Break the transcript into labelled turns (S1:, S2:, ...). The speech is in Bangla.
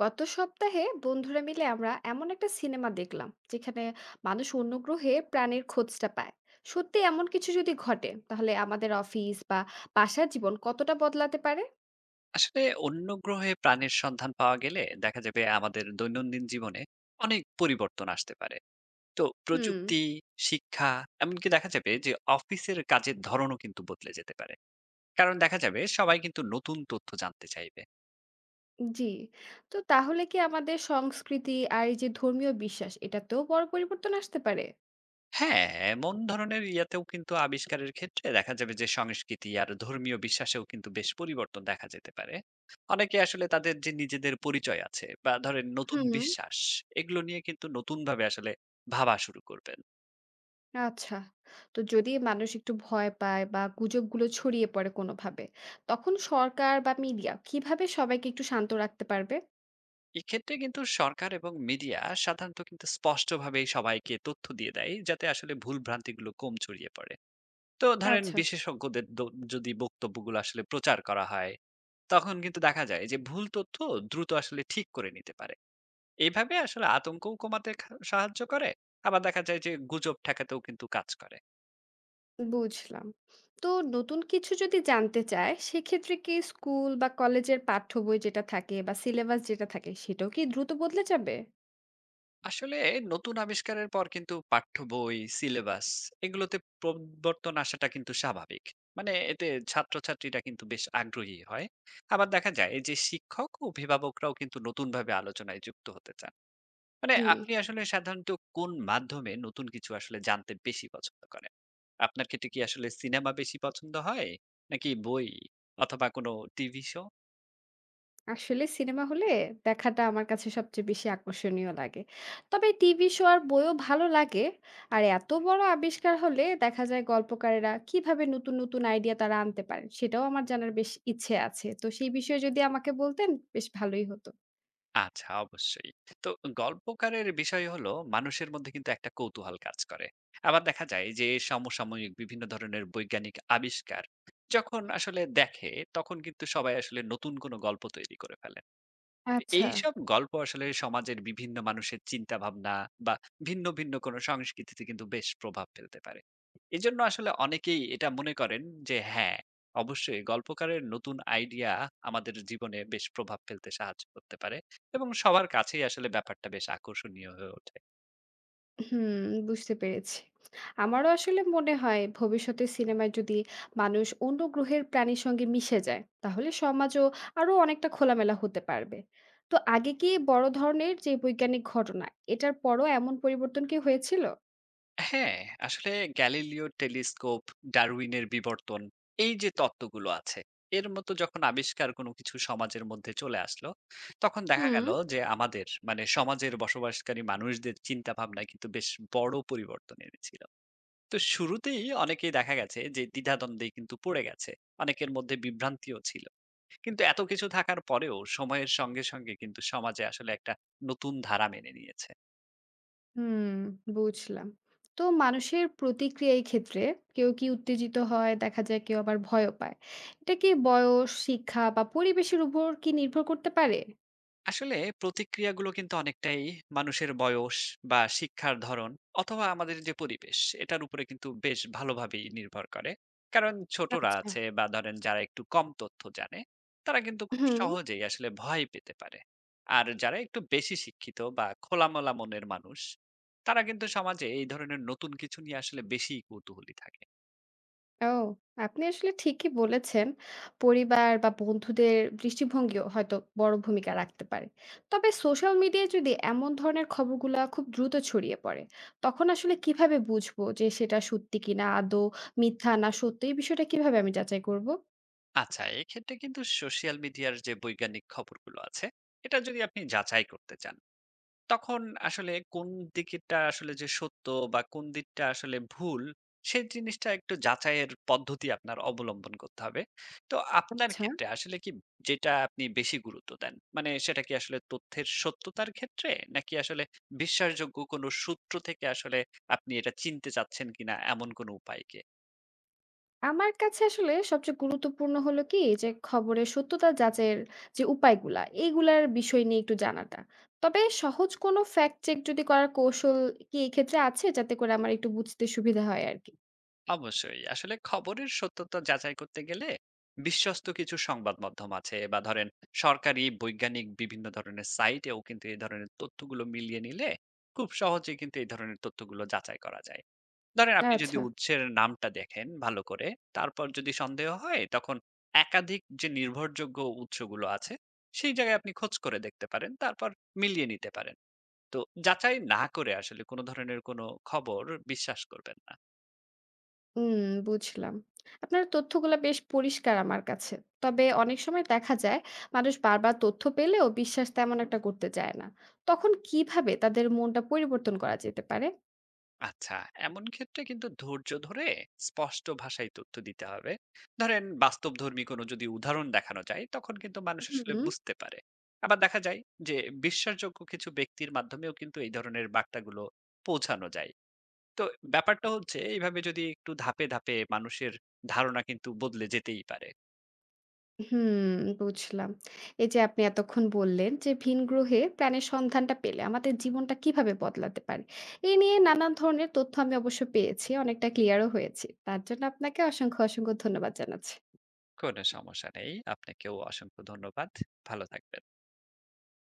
S1: গত সপ্তাহে বন্ধুরা মিলে আমরা এমন একটা সিনেমা দেখলাম যেখানে মানুষ অন্য গ্রহে প্রাণের খোঁজটা পায়। সত্যি এমন কিছু যদি ঘটে তাহলে আমাদের অফিস বা বাসার জীবন কতটা বদলাতে পারে?
S2: আসলে অন্য গ্রহে প্রাণের সন্ধান পাওয়া গেলে দেখা যাবে আমাদের দৈনন্দিন জীবনে অনেক পরিবর্তন আসতে পারে। তো
S1: হুম।
S2: প্রযুক্তি, শিক্ষা, এমনকি দেখা যাবে যে অফিসের কাজের ধরনও কিন্তু বদলে যেতে পারে। কারণ দেখা যাবে সবাই কিন্তু নতুন তথ্য জানতে চাইবে।
S1: জি। তো তাহলে কি আমাদের সংস্কৃতি আর এই যে ধর্মীয় বিশ্বাস এটাতেও বড় পরিবর্তন আসতে পারে?
S2: হ্যাঁ, এমন ধরনের ইয়াতেও কিন্তু আবিষ্কারের ক্ষেত্রে দেখা যাবে যে সংস্কৃতি আর ধর্মীয় বিশ্বাসেও কিন্তু বেশ পরিবর্তন দেখা যেতে পারে। অনেকে আসলে তাদের যে নিজেদের পরিচয় আছে বা ধরেন নতুন
S1: হুম
S2: বিশ্বাস, এগুলো নিয়ে কিন্তু নতুন ভাবে আসলে ভাবা শুরু করবে।
S1: আচ্ছা, তো যদি মানুষ একটু ভয় পায় বা গুজবগুলো ছড়িয়ে পড়ে কোনোভাবে, তখন সরকার বা মিডিয়া কিভাবে সবাইকে একটু শান্ত রাখতে পারবে?
S2: এক্ষেত্রে কিন্তু সরকার এবং মিডিয়া সাধারণত কিন্তু স্পষ্টভাবেই সবাইকে তথ্য দিয়ে দেয় যাতে আসলে ভুল ভ্রান্তিগুলো কম ছড়িয়ে পড়ে। তো ধরেন
S1: আচ্ছা,
S2: বিশেষজ্ঞদের যদি বক্তব্যগুলো আসলে প্রচার করা হয়, তখন কিন্তু দেখা যায় যে ভুল তথ্য দ্রুত আসলে ঠিক করে নিতে পারে। এইভাবে আসলে আতঙ্কও কমাতে সাহায্য করে। আবার দেখা যায় যে গুজব ঠেকাতেও কিন্তু কাজ করে।
S1: বুঝলাম। তো নতুন কিছু যদি জানতে চায়, সেক্ষেত্রে কি স্কুল বা কলেজের পাঠ্য বই যেটা থাকে বা সিলেবাস যেটা থাকে, সেটাও কি দ্রুত বদলে যাবে?
S2: আসলে নতুন আবিষ্কারের পর কিন্তু পাঠ্য বই সিলেবাস এগুলোতে পরিবর্তন আসাটা কিন্তু স্বাভাবিক। মানে এতে ছাত্রছাত্রীরা কিন্তু বেশ আগ্রহী হয়। আবার দেখা যায় যে শিক্ষক ও অভিভাবকরাও কিন্তু নতুন ভাবে আলোচনায় যুক্ত হতে চান। মানে
S1: জি,
S2: আপনি আসলে সাধারণত কোন মাধ্যমে নতুন কিছু আসলে জানতে বেশি পছন্দ করেন? আপনার ক্ষেত্রে কি আসলে সিনেমা বেশি পছন্দ হয়, নাকি বই, অথবা কোনো টিভি শো?
S1: আসলে সিনেমা হলে দেখাটা আমার কাছে সবচেয়ে বেশি আকর্ষণীয় লাগে। তবে টিভি শো আর বইও ভালো লাগে। আর এত বড় আবিষ্কার হলে দেখা যায় গল্পকারেরা কিভাবে নতুন, নতুন আইডিয়া তারা আনতে পারেন, সেটাও আমার জানার বেশ ইচ্ছে আছে। তো সেই বিষয়ে যদি আমাকে বলতেন, বেশ ভালোই হতো।
S2: আচ্ছা, অবশ্যই। তো গল্পকারের বিষয় হলো মানুষের মধ্যে কিন্তু একটা কৌতূহল কাজ করে। আবার দেখা যায় যে সমসাময়িক বিভিন্ন ধরনের বৈজ্ঞানিক আবিষ্কার যখন আসলে দেখে, তখন কিন্তু সবাই আসলে নতুন কোনো গল্প তৈরি করে ফেলে।
S1: আচ্ছা।
S2: এইসব গল্প আসলে সমাজের বিভিন্ন মানুষের চিন্তা ভাবনা বা ভিন্ন ভিন্ন কোনো সংস্কৃতিতে কিন্তু বেশ প্রভাব ফেলতে পারে। এজন্য আসলে অনেকেই এটা মনে করেন যে হ্যাঁ, অবশ্যই গল্পকারের নতুন আইডিয়া আমাদের জীবনে বেশ প্রভাব ফেলতে সাহায্য করতে পারে, এবং সবার কাছেই আসলে ব্যাপারটা বেশ আকর্ষণীয় হয়ে ওঠে।
S1: হুম, বুঝতে পেরেছি। আমারও আসলে মনে হয় ভবিষ্যতে সিনেমায় যদি মানুষ অন্য গ্রহের প্রাণীর সঙ্গে মিশে যায়, তাহলে সমাজও আরো অনেকটা খোলামেলা হতে পারবে। তো আগে কি বড় ধরনের যে বৈজ্ঞানিক ঘটনা, এটার পরও এমন পরিবর্তন কি হয়েছিল?
S2: হ্যাঁ, আসলে গ্যালিলিও টেলিস্কোপ, ডারউইনের বিবর্তন, এই যে তত্ত্বগুলো আছে, এর মতো যখন আবিষ্কার কোনো কিছু সমাজের মধ্যে চলে আসলো, তখন দেখা
S1: হুম।
S2: গেল যে আমাদের মানে সমাজের বসবাসকারী মানুষদের চিন্তাভাবনায় কিন্তু বেশ বড় পরিবর্তন এনেছিল। তো শুরুতেই অনেকেই দেখা গেছে যে দ্বিধাদ্বন্দ্বেই কিন্তু পড়ে গেছে। অনেকের মধ্যে বিভ্রান্তিও ছিল। কিন্তু এত কিছু থাকার পরেও সময়ের সঙ্গে সঙ্গে কিন্তু সমাজে আসলে একটা নতুন ধারা মেনে নিয়েছে।
S1: হুম, বুঝলাম। তো মানুষের প্রতিক্রিয়া এই ক্ষেত্রে কেউ কি উত্তেজিত হয়, দেখা যায় কেউ আবার ভয়ও পায়। এটা কি বয়স, শিক্ষা বা পরিবেশের উপর কি নির্ভর করতে পারে?
S2: আসলে প্রতিক্রিয়াগুলো কিন্তু অনেকটাই মানুষের বয়স বা শিক্ষার ধরন অথবা আমাদের যে পরিবেশ, এটার উপরে কিন্তু বেশ ভালোভাবেই নির্ভর করে। কারণ ছোটরা
S1: আচ্ছা।
S2: আছে বা ধরেন যারা একটু কম তথ্য জানে, তারা কিন্তু খুব
S1: হুম।
S2: সহজেই আসলে ভয় পেতে পারে। আর যারা একটু বেশি শিক্ষিত বা খোলামেলা মনের মানুষ, তারা কিন্তু সমাজে এই ধরনের নতুন কিছু নিয়ে আসলে বেশি কৌতূহলী থাকে।
S1: ও! আপনি আসলে ঠিকই বলেছেন। পরিবার বা বন্ধুদের দৃষ্টিভঙ্গিও হয়তো বড় ভূমিকা রাখতে পারে। তবে সোশ্যাল মিডিয়ায় যদি এমন ধরনের খবরগুলা খুব দ্রুত ছড়িয়ে পড়ে, তখন আসলে কিভাবে বুঝবো যে সেটা সত্যি কিনা আদৌ মিথ্যা না সত্যি? এই বিষয়টা কিভাবে আমি যাচাই করব?
S2: আচ্ছা, এক্ষেত্রে কিন্তু সোশ্যাল মিডিয়ার যে বৈজ্ঞানিক খবরগুলো আছে, এটা যদি আপনি যাচাই করতে চান, তখন আসলে কোন দিকটা আসলে যে সত্য বা কোন দিকটা আসলে ভুল, সেই জিনিসটা একটু যাচাইয়ের পদ্ধতি আপনার অবলম্বন করতে হবে। তো আপনার
S1: আচ্ছা।
S2: ক্ষেত্রে আসলে কি যেটা আপনি বেশি গুরুত্ব দেন? মানে সেটা কি আসলে তথ্যের সত্যতার ক্ষেত্রে? নাকি আসলে বিশ্বাসযোগ্য কোনো সূত্র থেকে আসলে আপনি এটা চিনতে চাচ্ছেন কিনা, এমন কোনো উপায় কি?
S1: আমার কাছে আসলে সবচেয়ে গুরুত্বপূর্ণ হলো কি যে খবরের সত্যতা যাচাইয়ের যে উপায়গুলা এইগুলার বিষয় নিয়ে একটু জানাটা। তবে সহজ কোনো ফ্যাক্ট চেক যদি করার কৌশল কি এই ক্ষেত্রে আছে, যাতে করে আমার একটু বুঝতে সুবিধা হয় আর কি।
S2: অবশ্যই। আসলে খবরের সত্যতা যাচাই করতে গেলে বিশ্বস্ত কিছু সংবাদ মাধ্যম আছে বা ধরেন সরকারি, বৈজ্ঞানিক বিভিন্ন ধরনের সাইটেও কিন্তু এই ধরনের তথ্যগুলো মিলিয়ে নিলে খুব সহজে কিন্তু এই ধরনের তথ্যগুলো যাচাই করা যায়। ধরেন আপনি যদি
S1: আচ্ছা।
S2: উৎসের নামটা দেখেন ভালো করে, তারপর যদি সন্দেহ হয়, তখন একাধিক যে নির্ভরযোগ্য উৎসগুলো আছে, সেই জায়গায় আপনি খোঁজ করে দেখতে পারেন। তারপর মিলিয়ে নিতে পারেন। তো যাচাই না করে আসলে কোনো ধরনের কোনো খবর বিশ্বাস করবেন না।
S1: হুম, বুঝলাম। আপনার তথ্যগুলো বেশ পরিষ্কার আমার কাছে। তবে অনেক সময় দেখা যায় মানুষ বারবার তথ্য পেলেও বিশ্বাস তেমন একটা করতে চায় না, তখন কিভাবে তাদের মনটা পরিবর্তন করা যেতে পারে?
S2: আচ্ছা, এমন ক্ষেত্রে কিন্তু ধৈর্য ধরে স্পষ্ট ভাষায় তথ্য দিতে হবে। ধরেন বাস্তবধর্মী কোনো যদি উদাহরণ দেখানো যায়, তখন কিন্তু মানুষ আসলে
S1: হুম।
S2: বুঝতে পারে। আবার দেখা যায় যে বিশ্বাসযোগ্য কিছু ব্যক্তির মাধ্যমেও কিন্তু এই ধরনের বার্তাগুলো পৌঁছানো যায়। তো ব্যাপারটা হচ্ছে এইভাবে যদি একটু ধাপে ধাপে মানুষের ধারণা কিন্তু বদলে যেতেই পারে।
S1: হুম, বুঝলাম। এই যে আপনি এতক্ষণ বললেন যে ভিন গ্রহে প্রাণের সন্ধানটা পেলে আমাদের জীবনটা কিভাবে বদলাতে পারে? এ নিয়ে নানান ধরনের তথ্য আমি অবশ্য পেয়েছি। অনেকটা ক্লিয়ারও হয়েছি। তার জন্য আপনাকে অসংখ্য, অসংখ্য ধন্যবাদ জানাচ্ছি।
S2: কোনো সমস্যা নেই, আপনাকেও অসংখ্য ধন্যবাদ। ভালো থাকবেন।